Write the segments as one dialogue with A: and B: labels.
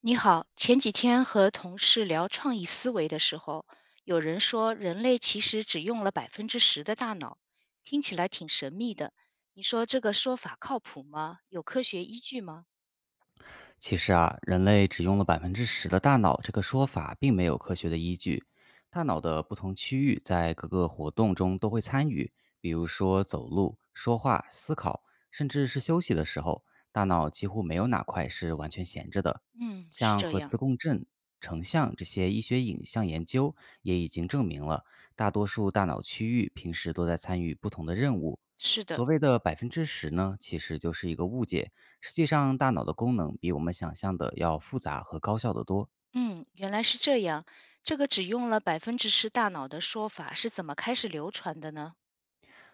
A: 你好，前几天和同事聊创意思维的时候，有人说人类其实只用了百分之十的大脑，听起来挺神秘的。你说这个说法靠谱吗？有科学依据吗？
B: 其实啊，人类只用了百分之十的大脑这个说法，并没有科学的依据。大脑的不同区域在各个活动中都会参与，比如说走路、说话、思考，甚至是休息的时候，大脑几乎没有哪块是完全闲着的。
A: 嗯，是
B: 像
A: 这
B: 核
A: 样，
B: 磁共振、成像这些医学影像研究也已经证明了，大多数大脑区域平时都在参与不同的任务。
A: 是的，
B: 所谓的百分之十呢，其实就是一个误解。实际上，大脑的功能比我们想象的要复杂和高效得多。
A: 嗯，原来是这样。这个只用了百分之十大脑的说法是怎么开始流传的呢？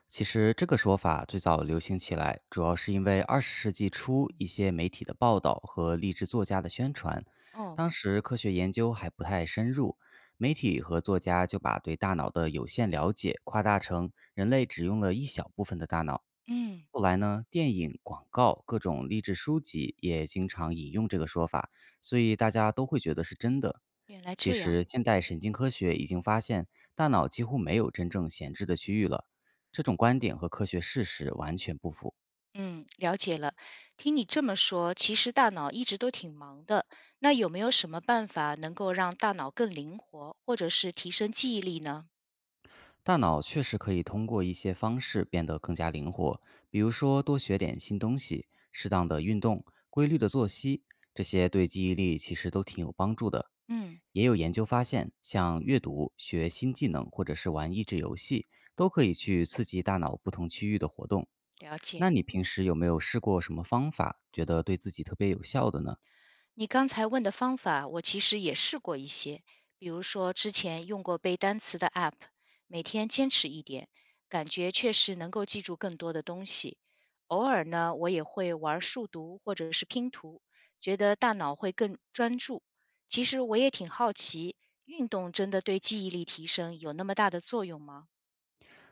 B: 其实，这个说法最早流行起来，主要是因为20世纪初一些媒体的报道和励志作家的宣传。
A: 哦，
B: 当时科学研究还不太深入，媒体和作家就把对大脑的有限了解夸大成人类只用了一小部分的大脑。
A: 嗯，
B: 后来呢，电影、广告、各种励志书籍也经常引用这个说法，所以大家都会觉得是真的。
A: 原来
B: 其
A: 这样。
B: 实，现代神经科学已经发现，大脑几乎没有真正闲置的区域了。这种观点和科学事实完全不符。
A: 嗯，了解了。听你这么说，其实大脑一直都挺忙的。那有没有什么办法能够让大脑更灵活，或者是提升记忆力呢？
B: 大脑确实可以通过一些方式变得更加灵活，比如说多学点新东西、适当的运动、规律的作息，这些对记忆力其实都挺有帮助的。
A: 嗯，
B: 也有研究发现，像阅读、学新技能或者是玩益智游戏，都可以去刺激大脑不同区域的活动。
A: 了解。
B: 那你平时有没有试过什么方法，觉得对自己特别有效的呢？
A: 你刚才问的方法，我其实也试过一些，比如说之前用过背单词的 App，每天坚持一点，感觉确实能够记住更多的东西。偶尔呢，我也会玩数独或者是拼图，觉得大脑会更专注。其实我也挺好奇，运动真的对记忆力提升有那么大的作用吗？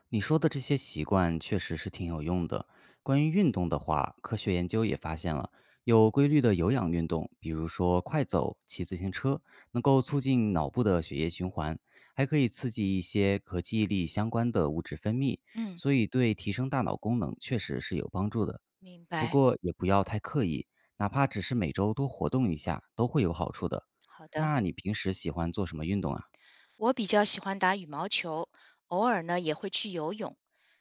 B: 你说的这些习惯确实是挺有用的。关于运动的话，科学研究也发现了，有规律的有氧运动，比如说快走、骑自行车，能够促进脑部的血液循环，还可以刺激一些和记忆力相关的物质分泌，
A: 嗯，
B: 所以对提升大脑功能确实是有帮助的。
A: 明
B: 不
A: 白。
B: 过也不要太刻意，哪怕只是每周多活动一下，都会有好处的。
A: 好的。
B: 那你平时喜欢做什么运动啊？
A: 我比较喜欢打羽毛球，偶尔呢也会去游泳。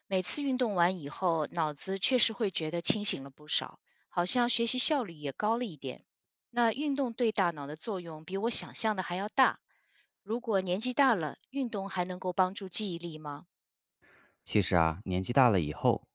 A: 每次运动完以后，脑子确实会觉得清醒了不少，好像学习效率也高了一点。那运动对大脑的作用比我想象的还要大。如果年纪大了，运动还能够帮助记忆力吗？
B: 其实啊，年纪大了以后，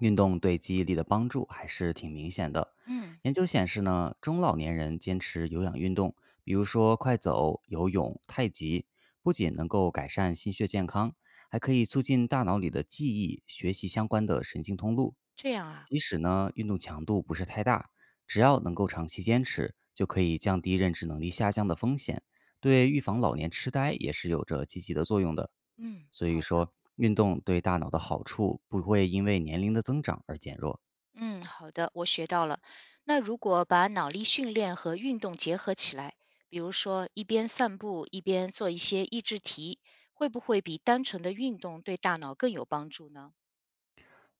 B: 运动对记忆力的帮助还是挺明显的。
A: 嗯，
B: 研究显示呢，中老年人坚持有氧运动，比如说快走、游泳、太极，不仅能够改善心血健康，还可以促进大脑里的记忆、学习相关的神经通路。
A: 这样啊，
B: 即使呢运动强度不是太大，只要能够长期坚持，就可以降低认知能力下降的风险，对预防老年痴呆也是有着积极的作用的。
A: 嗯，
B: 所以
A: 好的。
B: 说，运动对大脑的好处不会因为年龄的增长而减弱。
A: 嗯，好的，我学到了。那如果把脑力训练和运动结合起来，比如说一边散步一边做一些益智题，会不会比单纯的运动对大脑更有帮助呢？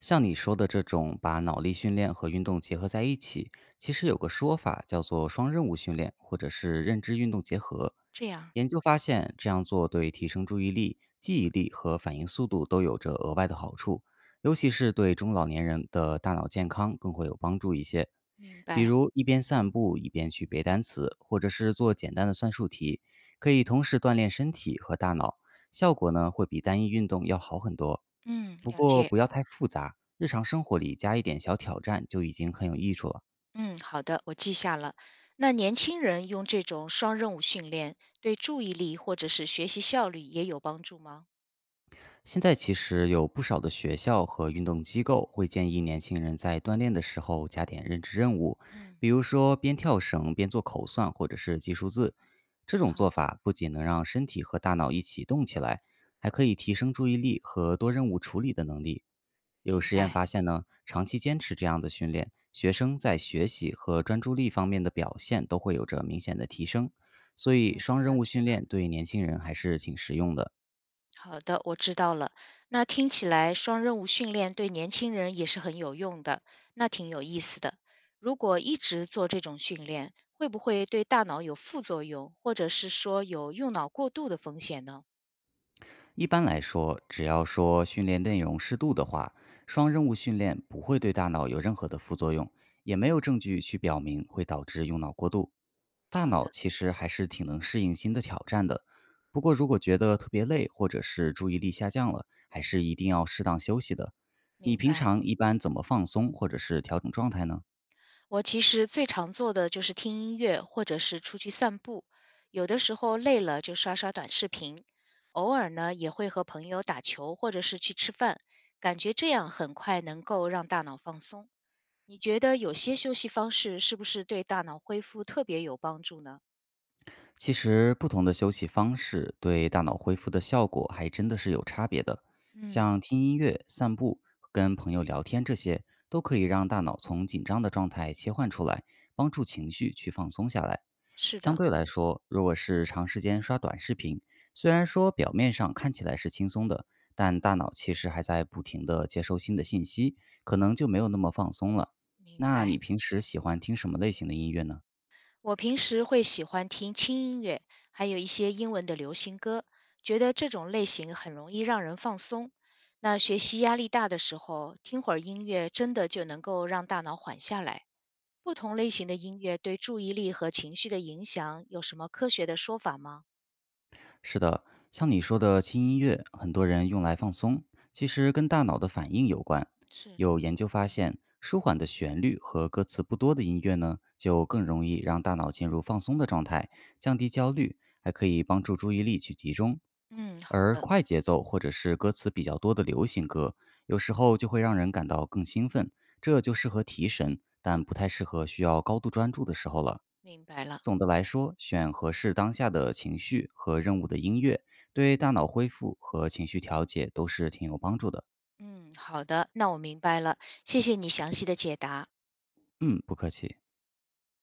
B: 像你说的这种把脑力训练和运动结合在一起，其实有个说法叫做双任务训练，或者是认知运动结合。
A: 这样，
B: 研究发现，这样做对提升注意力、记忆力和反应速度都有着额外的好处，尤其是对中老年人的大脑健康更会有帮助一些。
A: 明
B: 比
A: 白。
B: 如一边散步一边去背单词，或者是做简单的算术题，可以同时锻炼身体和大脑，效果呢会比单一运动要好很多。
A: 嗯，
B: 不
A: 了
B: 过
A: 解。
B: 不要太复杂，日常生活里加一点小挑战就已经很有益处了。
A: 嗯，好的，我记下了。那年轻人用这种双任务训练，对注意力或者是学习效率也有帮助吗？
B: 现在其实有不少的学校和运动机构会建议年轻人在锻炼的时候加点认知任务，
A: 嗯，
B: 比如说边跳绳边做口算或者是记数字。这种
A: 好
B: 做
A: 的，
B: 法不仅能让身体和大脑一起动起来，还可以提升注意力和多任务处理的能力。有
A: 明
B: 实验
A: 白。
B: 发现呢，长期坚持这样的训练，学生在学习和专注力方面的表现都会有着明显的提升。所以，
A: 嗯，
B: 双任
A: 了
B: 务
A: 解
B: 训
A: 了。
B: 练对年轻人还是挺实用的。
A: 好的，我知道了。那听起来双任务训练对年轻人也是很有用的，那挺有意思的。如果一直做这种训练，会不会对大脑有副作用，或者是说有用脑过度的风险呢？
B: 一般来说，只要说训练内容适度的话，双任务训练不会对大脑有任何的副作用，也没
A: 嗯，
B: 有证据去表明会导致用脑过度。大
A: 好
B: 脑
A: 的，
B: 其实还是挺能适应新的挑战的，不过如果觉得特别累或者是注意力下降了，还是一定要适当休息的。你
A: 明
B: 平
A: 白。
B: 常一般怎么放松或者是调整状态呢？
A: 我其实最常做的就是听音乐，或者是出去散步。有的时候累了就刷刷短视频，偶尔呢也会和朋友打球，或者是去吃饭。感觉这样很快能够让大脑放松。你觉得有些休息方式是不是对大脑恢复特别有帮助呢？
B: 其实，不同的休息方式对大脑恢复的效果还真的是有差别的。
A: 嗯，
B: 像听音乐、散步、跟朋友聊天这些，都可以让大脑从紧张的状态切换出来，帮助情绪去放松下来。
A: 是
B: 相
A: 的，
B: 对来说，如果是长时间刷短视频，虽然说表面上看起来是轻松的，但大脑其实还在不停的接收新的信息，可能就没有那么放松了。
A: 明
B: 那
A: 白。
B: 你平时喜欢听什么类型的音乐呢？
A: 我平时会喜欢听轻音乐，还有一些英文的流行歌，觉得这种类型很容易让人放松。那学习压力大的时候，听会儿音乐真的就能够让大脑缓下来。不同类型的音乐对注意力和情绪的影响有什么科学的说法吗？
B: 是的，像你说的轻音乐，很多人用来放松，其实跟大脑的反应有关。
A: 是。
B: 有研究发现，舒缓的旋律和歌词不多的音乐呢，就更容易让大脑进入放松的状态，降低焦虑，还可以帮助注意力去集中。
A: 嗯，好
B: 而
A: 的，
B: 快节奏或者是歌词比较多的流行歌，有时候就会让人感到更兴奋，这就适合提神，但不太适合需要高度专注的时候了。
A: 明白了。
B: 总的来说，选合适当下的情绪和任务的音乐，对大脑恢复和情绪调节都是挺有帮助的。
A: 嗯，好的，那我明白了，谢谢你详细的解答。
B: 嗯，不客气。